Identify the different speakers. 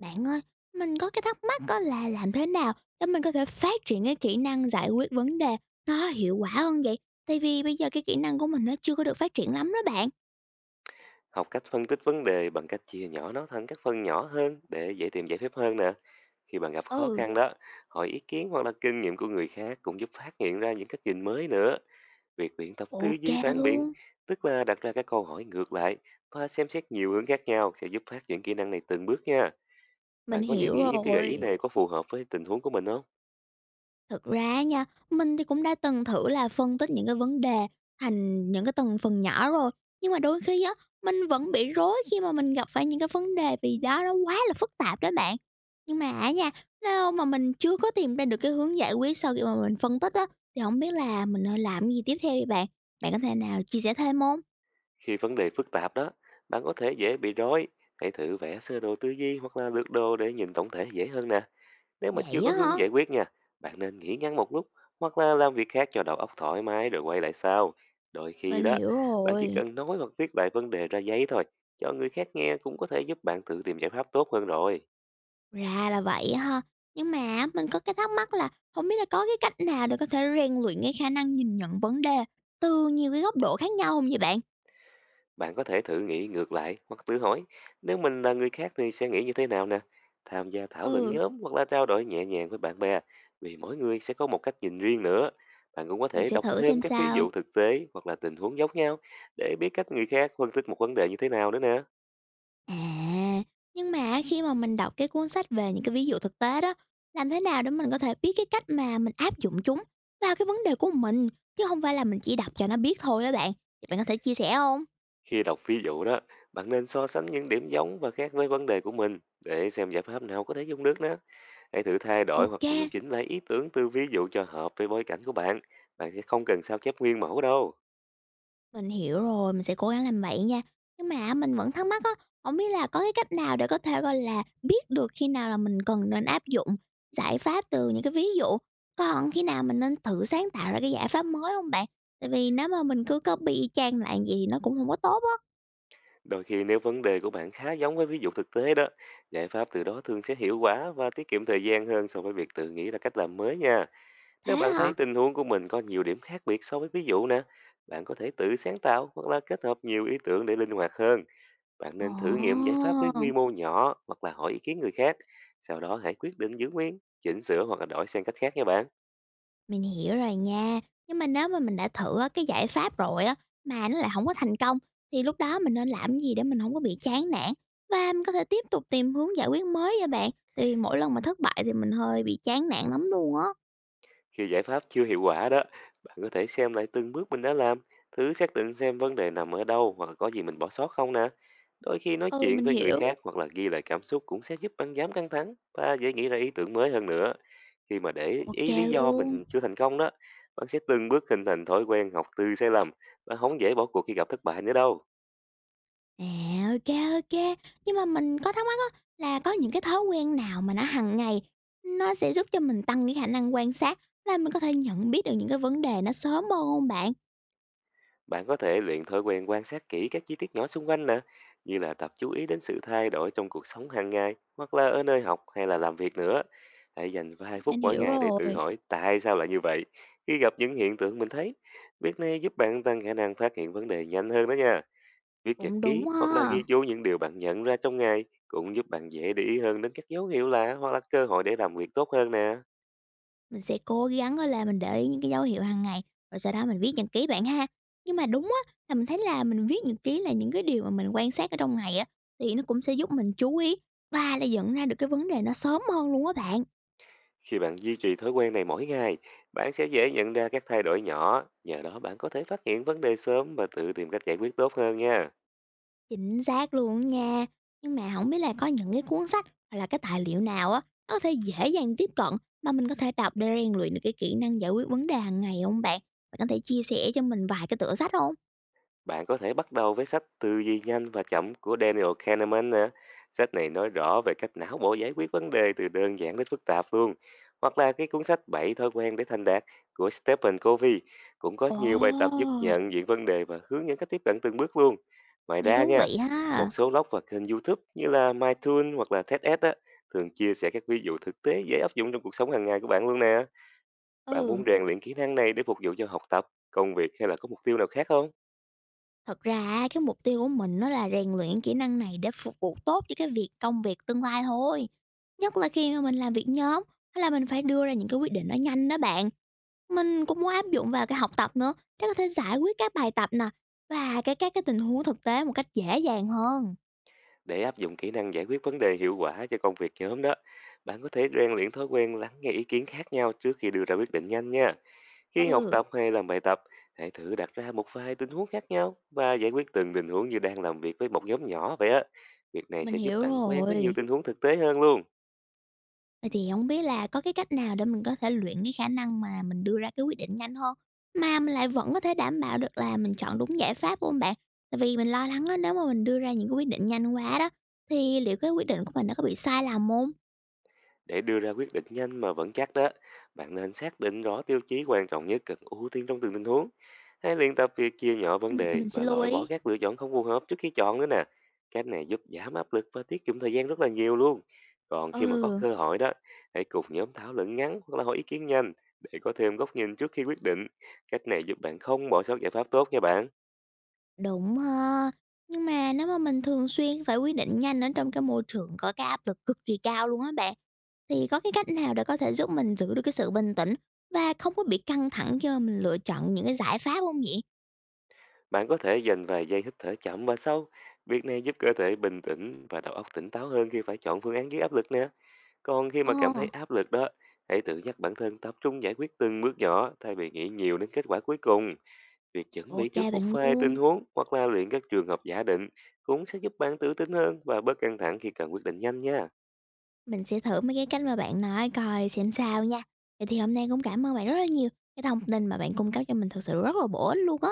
Speaker 1: Bạn ơi, mình có cái thắc mắc đó là làm thế nào để mình có thể phát triển cái kỹ năng giải quyết vấn đề nó hiệu quả hơn vậy? Tại vì bây giờ cái kỹ năng của mình nó chưa có được phát triển lắm đó bạn.
Speaker 2: Học cách phân tích vấn đề bằng cách chia nhỏ nó thành các phần nhỏ hơn để dễ tìm giải pháp hơn nè. Khi bạn gặp khó
Speaker 1: Ừ,
Speaker 2: khăn đó, hỏi ý kiến hoặc là kinh nghiệm của người khác cũng giúp phát hiện ra những cách nhìn mới nữa. Việc luyện tập tư duy
Speaker 1: ok
Speaker 2: phản
Speaker 1: luôn.
Speaker 2: biện, tức là đặt ra các câu hỏi ngược lại và xem xét nhiều hướng khác nhau sẽ giúp phát triển kỹ năng này từng bước nha.
Speaker 1: Mình
Speaker 2: Bạn có nghĩ
Speaker 1: hiểu
Speaker 2: nghĩ những cái gợi ý
Speaker 1: rồi.
Speaker 2: này có phù hợp với tình huống của mình không?
Speaker 1: Thực ra nha, mình thì cũng đã từng thử là phân tích những cái vấn đề thành những cái từng phần nhỏ rồi, nhưng mà đôi khi á, mình vẫn bị rối khi mà mình gặp phải những cái vấn đề vì đó nó quá là phức tạp đó bạn. Nhưng mà á nha, nếu mà mình chưa có tìm ra được cái hướng giải quyết sau khi mà mình phân tích á, thì không biết là mình nên làm gì tiếp theo vậy bạn? Bạn có thể nào chia sẻ thêm không?
Speaker 2: Khi vấn đề phức tạp đó, bạn có thể dễ bị rối. Hãy thử vẽ sơ đồ tư duy hoặc là lược đồ để nhìn tổng thể dễ hơn nè. Nếu mà chưa
Speaker 1: Vậy
Speaker 2: có
Speaker 1: á
Speaker 2: hướng
Speaker 1: hả?
Speaker 2: giải quyết nha, bạn nên nghỉ ngắn một lúc hoặc là làm việc khác cho đầu óc thoải mái rồi quay lại sau. Đôi khi
Speaker 1: Mình
Speaker 2: đó,
Speaker 1: hiểu
Speaker 2: bạn chỉ
Speaker 1: rồi.
Speaker 2: cần nói hoặc viết lại vấn đề ra giấy thôi, cho người khác nghe cũng có thể giúp bạn tự tìm giải pháp tốt hơn rồi.
Speaker 1: Ra là vậy á ha. Nhưng mà mình có cái thắc mắc là không biết là có cái cách nào để có thể rèn luyện cái khả năng nhìn nhận vấn đề từ nhiều cái góc độ khác nhau không vậy bạn?
Speaker 2: Bạn có thể thử nghĩ ngược lại hoặc tự hỏi, nếu mình là người khác thì sẽ nghĩ như thế nào nè. Tham gia thảo luận
Speaker 1: Ừ,
Speaker 2: nhóm hoặc là trao đổi nhẹ nhàng với bạn bè, vì mỗi người sẽ có một cách nhìn riêng nữa. Bạn cũng có
Speaker 1: mình
Speaker 2: thể
Speaker 1: sẽ
Speaker 2: đọc
Speaker 1: thử
Speaker 2: thêm
Speaker 1: xem
Speaker 2: các ví
Speaker 1: sao.
Speaker 2: dụ thực tế hoặc là tình huống giống nhau để biết cách người khác phân tích một vấn đề như thế nào nữa nè.
Speaker 1: À, nhưng mà khi mà mình đọc cái cuốn sách về những cái ví dụ thực tế đó, làm thế nào để mình có thể biết cái cách mà mình áp dụng chúng vào cái vấn đề của mình, chứ không phải là mình chỉ đọc cho nó biết thôi á bạn? Thì bạn có thể chia sẻ không?
Speaker 2: Khi đọc ví dụ đó, bạn nên so sánh những điểm giống và khác với vấn đề của mình để xem giải pháp nào có thể dùng được nữa. Hãy thử thay đổi hoặc
Speaker 1: OK.
Speaker 2: điều chỉnh lại ý tưởng từ ví dụ cho hợp với bối cảnh của bạn. Bạn sẽ không cần sao chép nguyên mẫu đâu.
Speaker 1: Mình hiểu rồi, mình sẽ cố gắng làm vậy nha. Nhưng mà á, mình vẫn thắc mắc á, không biết là có cái cách nào để có thể, gọi là, biết được khi nào là mình cần nên áp dụng giải pháp từ những cái ví dụ, còn khi nào mình nên thử sáng tạo ra cái giải pháp mới không bạn? Tại vì nếu mà mình cứ copy y chang lại vậy thì nó cũng không có tốt á.
Speaker 2: Đôi khi nếu vấn đề của bạn khá giống với ví dụ thực tế đó, giải pháp từ đó thường sẽ hiệu quả và tiết kiệm thời gian hơn so với việc tự nghĩ ra cách làm mới nha.
Speaker 1: Thế
Speaker 2: Nếu bạn thấy
Speaker 1: hả?
Speaker 2: tình huống của mình có nhiều điểm khác biệt so với ví dụ nè, bạn có thể tự sáng tạo hoặc là kết hợp nhiều ý tưởng để linh hoạt hơn. Bạn nên thử nghiệm giải pháp với
Speaker 1: Ồ!
Speaker 2: quy mô nhỏ hoặc là hỏi ý kiến người khác. Sau đó hãy quyết định giữ nguyên, chỉnh sửa hoặc là đổi sang cách khác nha bạn.
Speaker 1: Mình hiểu rồi nha. Nhưng mà nếu mà mình đã thử á, cái giải pháp rồi á, mà nó lại không có thành công, thì lúc đó mình nên làm gì để mình không có bị chán nản? Và mình có thể tiếp tục tìm hướng giải quyết mới vậy bạn? Tại vì mỗi lần mà thất bại thì mình hơi bị chán nản lắm luôn á.
Speaker 2: Khi giải pháp chưa hiệu quả đó, bạn có thể xem lại từng bước mình đã làm, thử xác định xem vấn đề nằm ở đâu hoặc là có gì mình bỏ sót không nè. Đôi khi nói
Speaker 1: Ừ,
Speaker 2: chuyện
Speaker 1: mình
Speaker 2: với người
Speaker 1: hiểu.
Speaker 2: khác hoặc là ghi lại cảm xúc cũng sẽ giúp bạn giảm căng thẳng và dễ nghĩ ra ý tưởng mới hơn nữa. Khi mà để
Speaker 1: Ok
Speaker 2: ý lý do
Speaker 1: luôn.
Speaker 2: mình chưa thành công đó, bạn sẽ từng bước hình thành thói quen học từ sai lầm và không dễ bỏ cuộc khi gặp thất bại nữa đâu.
Speaker 1: À, ok ok. Nhưng mà mình có thắc mắc á, là có những cái thói quen nào mà nó hàng ngày nó sẽ giúp cho mình tăng cái khả năng quan sát và mình có thể nhận biết được những cái vấn đề nó sớm hơn không bạn?
Speaker 2: Bạn có thể luyện thói quen quan sát kỹ các chi tiết nhỏ xung quanh nè, như là tập chú ý đến sự thay đổi trong cuộc sống hàng ngày, hoặc là ở nơi học hay là làm việc nữa. Hãy dành vài phút
Speaker 1: Mình
Speaker 2: mỗi
Speaker 1: hiểu
Speaker 2: ngày để tự
Speaker 1: rồi.
Speaker 2: hỏi tại sao lại như vậy. Khi gặp những hiện tượng mình thấy, việc này giúp bạn tăng khả năng phát hiện vấn đề nhanh hơn đó nha. Viết nhật
Speaker 1: Cũng
Speaker 2: ký
Speaker 1: đúng
Speaker 2: hoặc là
Speaker 1: ha.
Speaker 2: ghi chú những điều bạn nhận ra trong ngày cũng giúp bạn dễ để ý hơn đến các dấu hiệu lạ hoặc là cơ hội để làm việc tốt hơn nè.
Speaker 1: Mình sẽ cố gắng á là mình để ý những cái dấu hiệu hàng ngày, rồi sau đó mình viết nhật ký bạn ha. Nhưng mà đúng á, là mình thấy là mình viết nhật ký là những cái điều mà mình quan sát ở trong ngày á, thì nó cũng sẽ giúp mình chú ý và là nhận ra được cái vấn đề nó sớm hơn luôn á bạn.
Speaker 2: Khi bạn duy trì thói quen này mỗi ngày, bạn sẽ dễ nhận ra các thay đổi nhỏ, nhờ đó bạn có thể phát hiện vấn đề sớm và tự tìm cách giải quyết tốt hơn nha.
Speaker 1: Chính xác luôn á nha. Nhưng mà không biết là có những cái cuốn sách hoặc là cái tài liệu nào á, nó có thể dễ dàng tiếp cận mà mình có thể đọc để rèn luyện được cái kỹ năng giải quyết vấn đề hàng ngày không bạn? Bạn có thể chia sẻ cho mình vài cái tựa sách không?
Speaker 2: Bạn có thể bắt đầu với sách Tư Duy Nhanh Và Chậm của Daniel Kahneman nè. Sách này nói rõ về cách não bộ giải quyết vấn đề từ đơn giản đến phức tạp luôn. Hoặc là cái cuốn sách 7 Thói Quen Để Thành Đạt của Stephen Covey cũng có nhiều bài tập giúp
Speaker 1: Ồ!
Speaker 2: nhận diện vấn đề và hướng dẫn cách tiếp cận từng bước luôn. Ngoài
Speaker 1: Nghe
Speaker 2: ra
Speaker 1: thú
Speaker 2: nha,
Speaker 1: vị ha.
Speaker 2: một số blog và kênh YouTube như là MyTune hoặc là TEDx á, thường chia sẻ các ví dụ thực tế dễ áp dụng trong cuộc sống hàng ngày của bạn luôn nè. Bạn muốn
Speaker 1: Ừ.
Speaker 2: rèn luyện kỹ năng này để phục vụ cho học tập, công việc hay là có mục tiêu nào khác không?
Speaker 1: Thật ra cái mục tiêu của mình nó là rèn luyện kỹ năng này để phục vụ tốt cho cái việc công việc tương lai thôi. Nhất là khi mà mình làm việc nhóm hay là mình phải đưa ra những cái quyết định nó nhanh đó bạn. Mình cũng muốn áp dụng vào cái học tập nữa để có thể giải quyết các bài tập nè và cái các cái tình huống thực tế một cách dễ dàng hơn.
Speaker 2: Để áp dụng kỹ năng giải quyết vấn đề hiệu quả cho công việc nhóm đó, bạn có thể rèn luyện thói quen lắng nghe ý kiến khác nhau trước khi đưa ra quyết định nhanh nha. Khi học
Speaker 1: Ừ,
Speaker 2: tập hay làm bài tập, hãy thử đặt ra một vài tình huống khác nhau và giải quyết từng tình huống như đang làm việc với một nhóm nhỏ vậy á. Việc này
Speaker 1: mình
Speaker 2: sẽ giúp
Speaker 1: hiểu
Speaker 2: bạn quen với nhiều
Speaker 1: rồi.
Speaker 2: tình huống thực tế hơn luôn.
Speaker 1: Vậy thì không biết là có cái cách nào để mình có thể luyện cái khả năng mà mình đưa ra cái quyết định nhanh hơn, mà mình lại vẫn có thể đảm bảo được là mình chọn đúng giải pháp không bạn? Tại vì mình lo lắng á, nếu mà mình đưa ra những cái quyết định nhanh quá đó, thì liệu cái quyết định của mình nó có bị sai lầm hông?
Speaker 2: Để đưa ra quyết định nhanh mà vẫn chắc đó, bạn nên xác định rõ tiêu chí quan trọng nhất cần ưu tiên trong từng tình huống. Hãy luyện tập việc chia nhỏ vấn
Speaker 1: Mình
Speaker 2: đề
Speaker 1: mình sẽ
Speaker 2: và
Speaker 1: lưu
Speaker 2: loại bỏ
Speaker 1: ý.
Speaker 2: các lựa chọn không phù hợp trước khi chọn nữa nè. Cách này giúp giảm áp lực và tiết kiệm thời gian rất là nhiều luôn. Còn khi mà có
Speaker 1: Ừ,
Speaker 2: cơ hội đó, hãy cùng nhóm thảo luận ngắn hoặc là hỏi ý kiến nhanh để có thêm góc nhìn trước khi quyết định. Cách này giúp bạn không bỏ sót giải pháp tốt nha bạn.
Speaker 1: đúng ha. Nhưng mà nếu mà mình thường xuyên phải quyết định nhanh ở trong cái môi trường có cái áp lực cực kỳ cao luôn á bạn, thì có cái cách nào để có thể giúp mình giữ được cái sự bình tĩnh và không có bị căng thẳng khi mà mình lựa chọn những cái giải pháp không vậy?
Speaker 2: Bạn có thể dành vài giây hít thở chậm và sâu. Việc này giúp cơ thể bình tĩnh và đầu óc tỉnh táo hơn khi phải chọn phương án dưới áp lực nè. Còn khi
Speaker 1: Ờ,
Speaker 2: mà cảm thấy áp lực đó, hãy tự nhắc bản thân tập trung giải quyết từng bước nhỏ thay vì nghĩ nhiều đến kết quả cuối cùng. Việc chuẩn bị
Speaker 1: ok
Speaker 2: trước một
Speaker 1: bạn
Speaker 2: vài
Speaker 1: luôn.
Speaker 2: tình huống hoặc là luyện các trường hợp giả định cũng sẽ giúp bạn tự tin hơn và bớt căng thẳng khi cần quyết định nhanh nha.
Speaker 1: Mình sẽ thử mấy cái cách mà bạn nói coi xem sao nha. Vậy thì hôm nay cũng cảm ơn bạn rất là nhiều, cái thông tin mà bạn cung cấp cho mình thực sự rất là bổ ích luôn á.